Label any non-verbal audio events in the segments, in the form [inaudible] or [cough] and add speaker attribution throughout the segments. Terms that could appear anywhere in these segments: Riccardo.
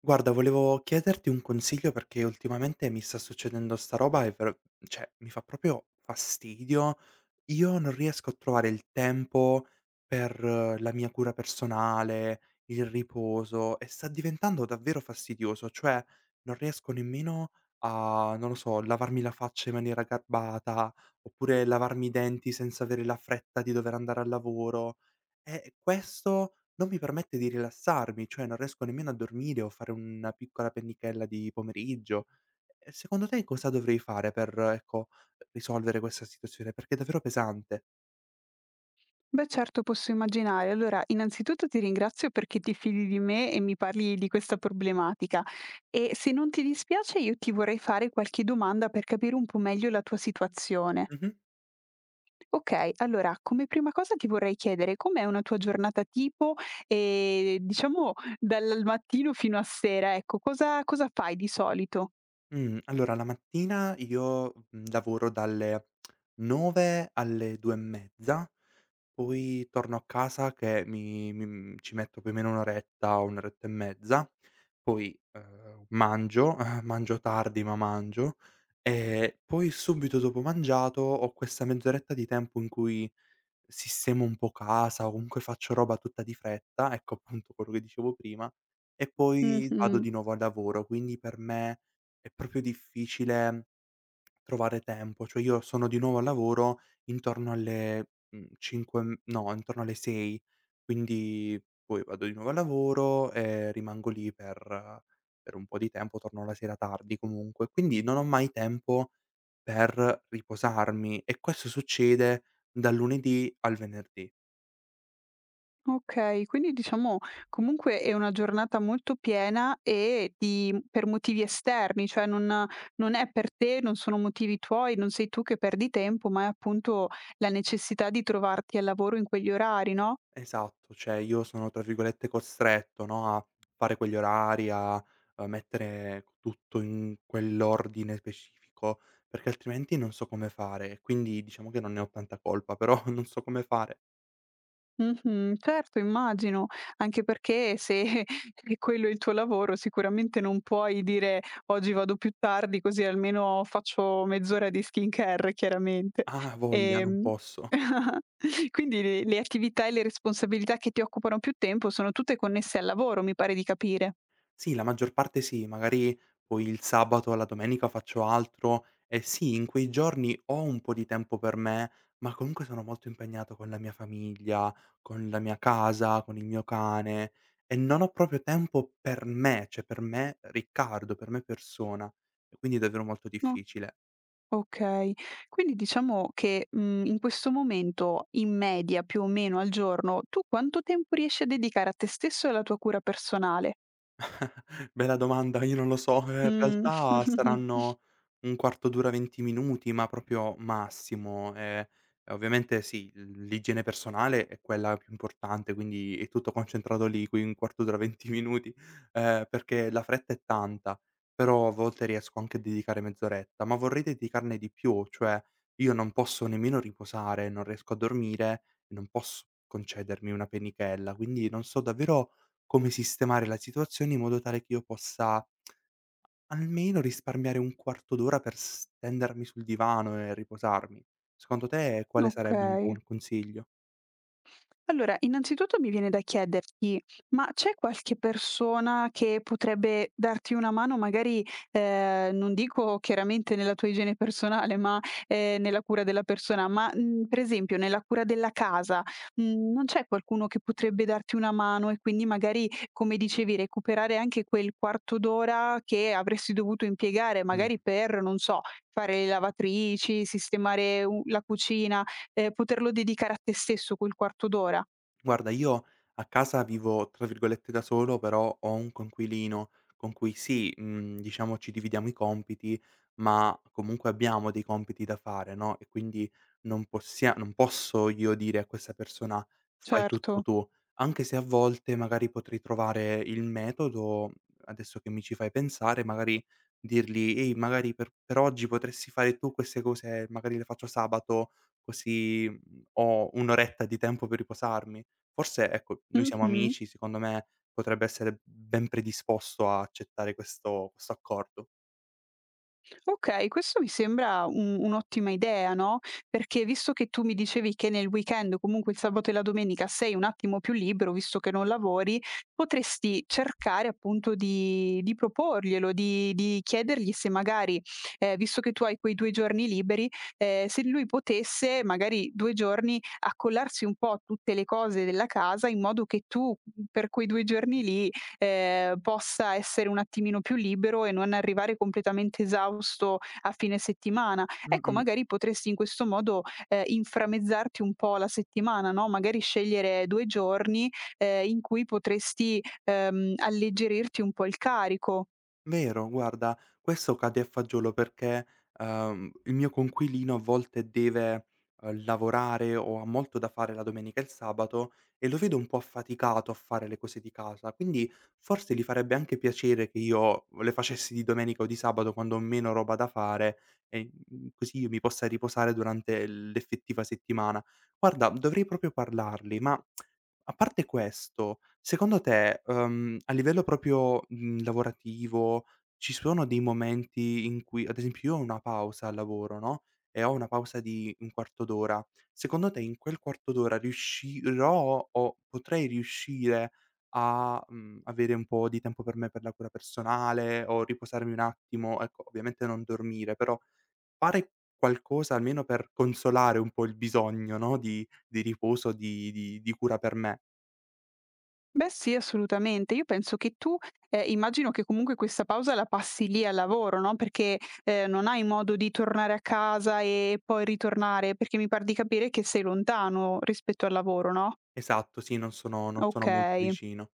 Speaker 1: Guarda, volevo chiederti un consiglio perché ultimamente mi sta succedendo sta roba e ver cioè, mi fa proprio fastidio. Io non riesco a trovare il tempo per la mia cura personale, il riposo e sta diventando davvero fastidioso, cioè non riesco nemmeno a, non lo so, lavarmi la faccia in maniera garbata, oppure lavarmi i denti senza avere la fretta di dover andare al lavoro. E questo non mi permette di rilassarmi, cioè non riesco nemmeno a dormire o fare una piccola pennichella di pomeriggio. Secondo te cosa dovrei fare per, ecco, risolvere questa situazione? Perché è davvero pesante.
Speaker 2: Beh, certo, posso immaginare. Allora, innanzitutto ti ringrazio perché ti fidi di me e mi parli di questa problematica. E se non ti dispiace, io ti vorrei fare qualche domanda per capire un po' meglio la tua situazione.
Speaker 1: Mh-mh.
Speaker 2: Ok, allora, come prima cosa ti vorrei chiedere com'è una tua giornata tipo e diciamo dal mattino fino a sera, ecco, cosa fai di solito?
Speaker 1: Allora la mattina io, lavoro dalle 9 alle 2 e mezza, poi torno a casa che ci metto più o meno 1 oretta, 1 oretta e mezza. Poi, mangio, [laughs] mangio tardi ma mangio, e poi subito dopo mangiato ho questa mezz'oretta di tempo in cui sistemo un po' casa o comunque faccio roba tutta di fretta, ecco appunto quello che dicevo prima, e poi vado
Speaker 2: Mhm.
Speaker 1: di nuovo al lavoro. Quindi per me è proprio difficile trovare tempo. Cioè io sono di nuovo al lavoro intorno alle, 5, m no, intorno alle 6, quindi poi vado di nuovo al lavoro e rimango lì per eh, per un po' di tempo, torno la sera tardi comunque, quindi non ho mai tempo per riposarmi, e questo succede dal lunedì al venerdì.
Speaker 2: Okay, quindi diciamo comunque è una giornata molto piena e di per motivi esterni, cioè non è per te, non sono motivi tuoi, non sei tu che perdi tempo, ma è appunto la necessità di trovarti al lavoro in quegli orari, no?
Speaker 1: Esatto, cioè io sono tra virgolette "costretto", no, a fare quegli orari, a, mettere tutto in quell'ordine specifico, perché altrimenti non so come fare. Quindi diciamo che non ne ho tanta colpa, però [laughs] non so come fare.
Speaker 2: Mh-mh. Certo, immagino. Anche perché se [laughs] è quello il tuo lavoro, sicuramente non puoi dire: "Oggi vado più tardi così almeno faccio mezz'ora di skincare", chiaramente.
Speaker 1: Ah, ha voglia, non
Speaker 2: Ehm,
Speaker 1: posso.
Speaker 2: [laughs] quindi le attività e le responsabilità che ti occupano più tempo sono tutte connesse al lavoro, mi pare di capire.
Speaker 1: Sì, la maggior parte sì, magari poi il sabato o la domenica faccio altro e sì, in quei giorni ho un po' di tempo per me, ma comunque sono molto impegnato con la mia famiglia, con la mia casa, con il mio cane, e non ho proprio tempo per me, cioè per me Riccardo, per me persona, e quindi è davvero molto
Speaker 2: No,
Speaker 1: difficile.
Speaker 2: okay. Quindi diciamo che, in questo momento, in media, più o meno al giorno, tu quanto tempo riesci a dedicare a te stesso e alla tua cura personale?
Speaker 1: [laughs] Bella domanda, io non lo so. In
Speaker 2: Mh.
Speaker 1: realtà
Speaker 2: [laughs]
Speaker 1: saranno un quarto d'ora, 20 minuti, ma proprio massimo. Ovviamente sì, l'igiene personale è quella più importante, quindi è tutto concentrato lì, qui un quarto d'ora, 20 minuti, perché la fretta è tanta, però a volte riesco anche a dedicare mezz'oretta, ma vorrei dedicarne di più. Cioè io non posso nemmeno riposare, non riesco a dormire, non posso concedermi una penichella, quindi non so davvero come sistemare la situazione in modo tale che io possa almeno risparmiare un quarto d'ora per stendermi sul divano e riposarmi. Secondo te quale sarebbe un
Speaker 2: Okay.
Speaker 1: buon consiglio?
Speaker 2: Allora, innanzitutto mi viene da chiederti: ma c'è qualche persona che potrebbe darti una mano magari, non dico chiaramente nella tua igiene personale, ma, nella cura della persona, ma, per esempio nella cura della casa, non c'è qualcuno che potrebbe darti una mano e quindi magari, come dicevi, recuperare anche quel quarto d'ora che avresti dovuto impiegare
Speaker 1: Mh.
Speaker 2: magari per, non so, fare le lavatrici, sistemare u la cucina? Poterlo dedicare a te stesso quel quarto d'ora.
Speaker 1: Guarda, io a casa vivo tra virgolette "da solo", però ho un coinquilino con cui sì, diciamo ci dividiamo i compiti, ma comunque abbiamo dei compiti da fare, no, e quindi non posso io dire a questa persona: "Fai tutto
Speaker 2: Certo.
Speaker 1: tu", anche se a volte magari potrei trovare il metodo, adesso che mi ci fai pensare, magari dirgli: "Ehi, magari per oggi potresti fare tu queste cose, magari le faccio sabato, così, ho 1 oretta di tempo per riposarmi". Forse, ecco, noi siamo
Speaker 2: Mh-mh.
Speaker 1: amici, secondo me potrebbe essere ben predisposto a accettare questo accordo.
Speaker 2: Okay, questo mi sembra un un'ottima idea, no, perché visto che tu mi dicevi che nel weekend, comunque il sabato e la domenica, sei un attimo più libero, visto che non lavori, potresti cercare appunto di proporglielo, di chiedergli se magari, visto che tu hai quei 2 giorni liberi, se lui potesse magari 2 giorni accollarsi un po' a tutte le cose della casa in modo che tu, per quei 2 giorni lì, possa essere un attimino più libero e non arrivare completamente esausto a fine settimana. Ecco,
Speaker 1: Mh-mh.
Speaker 2: magari potresti in questo modo, inframmezzarti un po' la settimana, no, magari scegliere 2 giorni, in cui potresti, alleggerirti un po' il carico.
Speaker 1: Vero, guarda, questo cade a fagiolo perché, il mio coinquilino a volte deve, lavorare o ha molto da fare la domenica e il sabato, e lo vedo un po' affaticato a fare le cose di casa, quindi forse gli farebbe anche piacere che io le facessi di domenica o di sabato quando ho meno roba da fare, e, così io mi possa riposare durante l'effettiva settimana. Guarda, dovrei proprio parlargli, ma a parte questo, secondo te, a livello proprio, lavorativo, ci sono dei momenti in cui ad esempio io ho una pausa al lavoro, no, e ho una pausa di un quarto d'ora. Secondo te in quel quarto d'ora riuscirò o potrei riuscire a, avere un po' di tempo per me, per la cura personale o riposarmi un attimo? Ecco, ovviamente non dormire, però fare qualcosa almeno per consolare un po' il bisogno, no, di riposo, di cura per me.
Speaker 2: Beh sì, assolutamente. Io penso che tu, immagino che comunque questa pausa la passi lì al lavoro, no, perché, non hai modo di tornare a casa e poi ritornare, perché mi par di capire che sei lontano rispetto al lavoro, no?
Speaker 1: Esatto, sì, non sono molto
Speaker 2: Okay.
Speaker 1: vicino.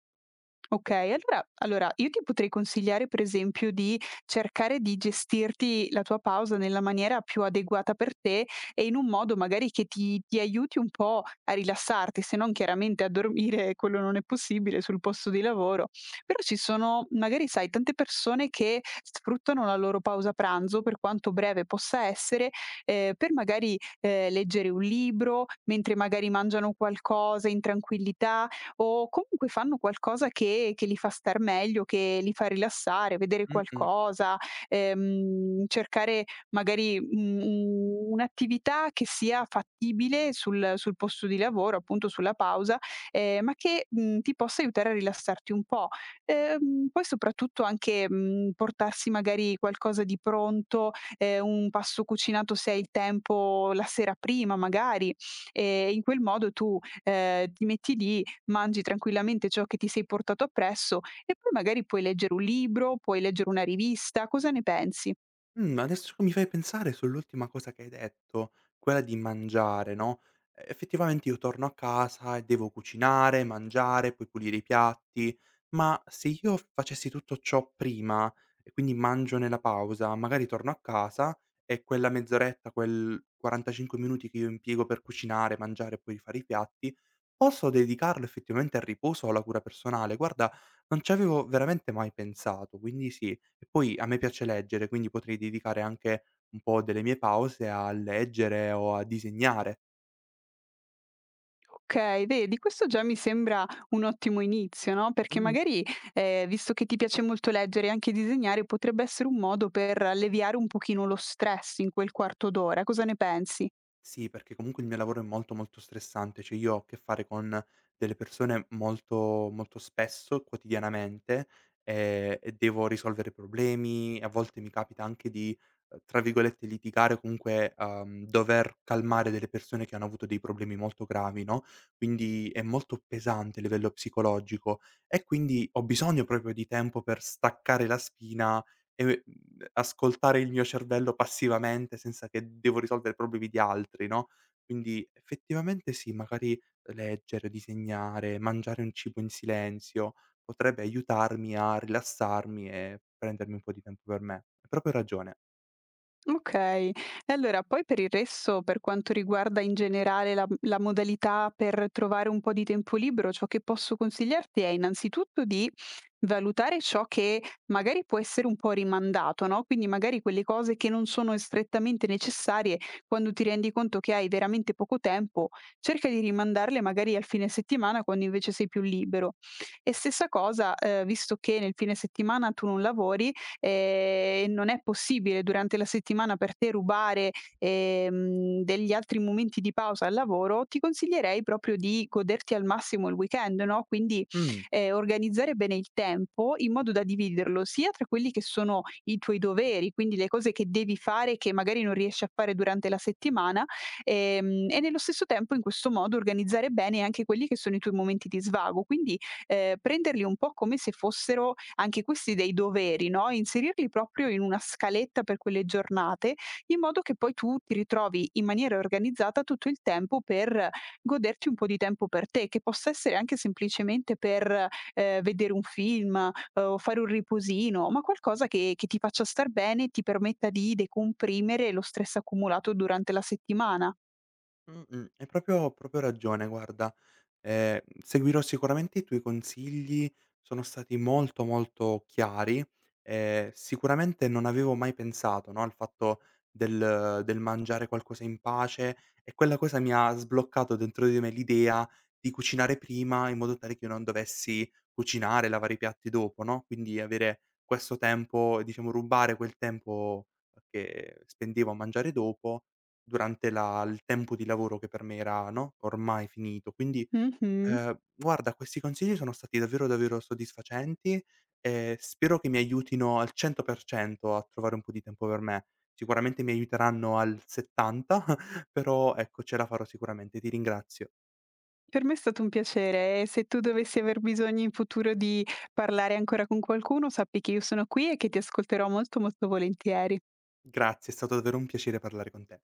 Speaker 2: Okay, allora io ti potrei consigliare per esempio di cercare di gestirti la tua pausa nella maniera più adeguata per te e in un modo magari che ti aiuti un po' a rilassarti, se non chiaramente a dormire, [laughs] quello non è possibile sul posto di lavoro. Però ci sono magari sai tante persone che sfruttano la loro pausa pranzo, per quanto breve possa essere, per magari, leggere un libro, mentre magari mangiano qualcosa in tranquillità, o comunque fanno qualcosa che li fa star meglio, che li fa rilassare, vedere
Speaker 1: Mh-mh.
Speaker 2: qualcosa, cercare magari, u un'attività che sia fattibile sul posto di lavoro, appunto sulla pausa, ma che, ti possa aiutare a rilassarti un po'. Poi soprattutto anche, portarsi magari qualcosa di pronto, un pasto cucinato se hai il tempo la sera prima magari, e in quel modo tu, ti metti lì mangi tranquillamente ciò che ti sei portato appresso e poi magari puoi leggere un libro, puoi leggere una rivista, cosa ne pensi?
Speaker 1: Mhmm, Adesso mi fai pensare sull'ultima cosa che hai detto, quella di mangiare, no, e effettivamente io torno a casa e devo cucinare, mangiare, poi pulire i piatti, ma se io facessi tutto ciò prima e quindi mangio nella pausa, magari torno a casa e quella mezz'oretta, quel 45 minuti che io impiego per cucinare, mangiare e poi rifare i piatti, posso dedicarlo effettivamente al riposo o alla cura personale. Guarda, non ci avevo veramente mai pensato, quindi sì, e poi a me piace leggere, quindi potrei dedicare anche un po' delle mie pause a leggere o a disegnare.
Speaker 2: Ok, vedi, questo già mi sembra un ottimo inizio, no? Perché
Speaker 1: Mh-mh.
Speaker 2: magari, visto che ti piace molto leggere e anche disegnare, potrebbe essere un modo per alleviare un pochino lo stress in quel quarto d'ora. Cosa ne pensi?
Speaker 1: Sì, perché comunque il mio lavoro è molto, molto stressante, cioè io ho a che fare con delle persone molto, molto spesso, quotidianamente, e devo risolvere problemi, a volte mi capita anche di, tra virgolette "litigare" o comunque, dover calmare delle persone che hanno avuto dei problemi molto gravi, no, quindi è molto pesante a livello psicologico, e quindi ho bisogno proprio di tempo per staccare la spina e ascoltare il mio cervello passivamente senza che devo risolvere i problemi di altri, no, quindi effettivamente sì, magari leggere, disegnare, mangiare un cibo in silenzio potrebbe aiutarmi a rilassarmi e prendermi un po' di tempo per me. Hai proprio ragione.
Speaker 2: Okay. E allora poi per il resto, per quanto riguarda in generale la modalità per trovare un po' di tempo libero, ciò che posso consigliarti è innanzitutto di valutare ciò che magari può essere un po' rimandato, no, quindi magari quelle cose che non sono strettamente necessarie, quando ti rendi conto che hai veramente poco tempo, cerca di rimandarle magari al fine settimana quando invece sei più libero. E stessa cosa, visto che nel fine settimana tu non lavori, non è possibile durante la settimana per te rubare, degli altri momenti di pausa al lavoro, ti consiglierei proprio di goderti al massimo il weekend, no, quindi,
Speaker 1: Mh,
Speaker 2: organizzare bene il tempo in modo da dividerlo sia tra quelli che sono i tuoi doveri, quindi le cose che devi fare che magari non riesci a fare durante la settimana, e nello stesso tempo in questo modo organizzare bene anche quelli che sono i tuoi momenti di svago. Quindi, prenderli un po' come se fossero anche questi dei doveri, no, inserirli proprio in una scaletta per quelle giornate, in modo che poi tu ti ritrovi in maniera organizzata tutto il tempo per goderti un po' di tempo per te, che possa essere anche semplicemente per, vedere un film, o fare un riposino, ma qualcosa che ti faccia star bene e ti permetta di decomprimere lo stress accumulato durante la settimana.
Speaker 1: mh-mh, hai proprio proprio ragione, guarda. Ehm, Seguirò sicuramente i tuoi consigli, sono stati molto, molto chiari. Sicuramente non avevo mai pensato, no, al fatto del mangiare qualcosa in pace, e quella cosa mi ha sbloccato dentro di me l'idea di cucinare prima, in modo tale che io non dovessi cucinare, lavare i piatti dopo, no, quindi avere questo tempo, diciamo rubare quel tempo che spendevo a mangiare dopo durante la il tempo di lavoro che per me era, no, ormai finito. Quindi,
Speaker 2: Mh-mh.
Speaker 1: Guarda, questi consigli sono stati davvero, davvero soddisfacenti, e spero che mi aiutino al 100% a trovare un po' di tempo per me. Sicuramente mi aiuteranno al 70, [laughs] però ecco ce la farò sicuramente. Ti ringrazio.
Speaker 2: Per me è stato un piacere e se tu dovessi aver bisogno in futuro di parlare ancora con qualcuno, sappi che io sono qui e che ti ascolterò molto, molto volentieri.
Speaker 1: Grazie, è stato davvero un piacere parlare con te.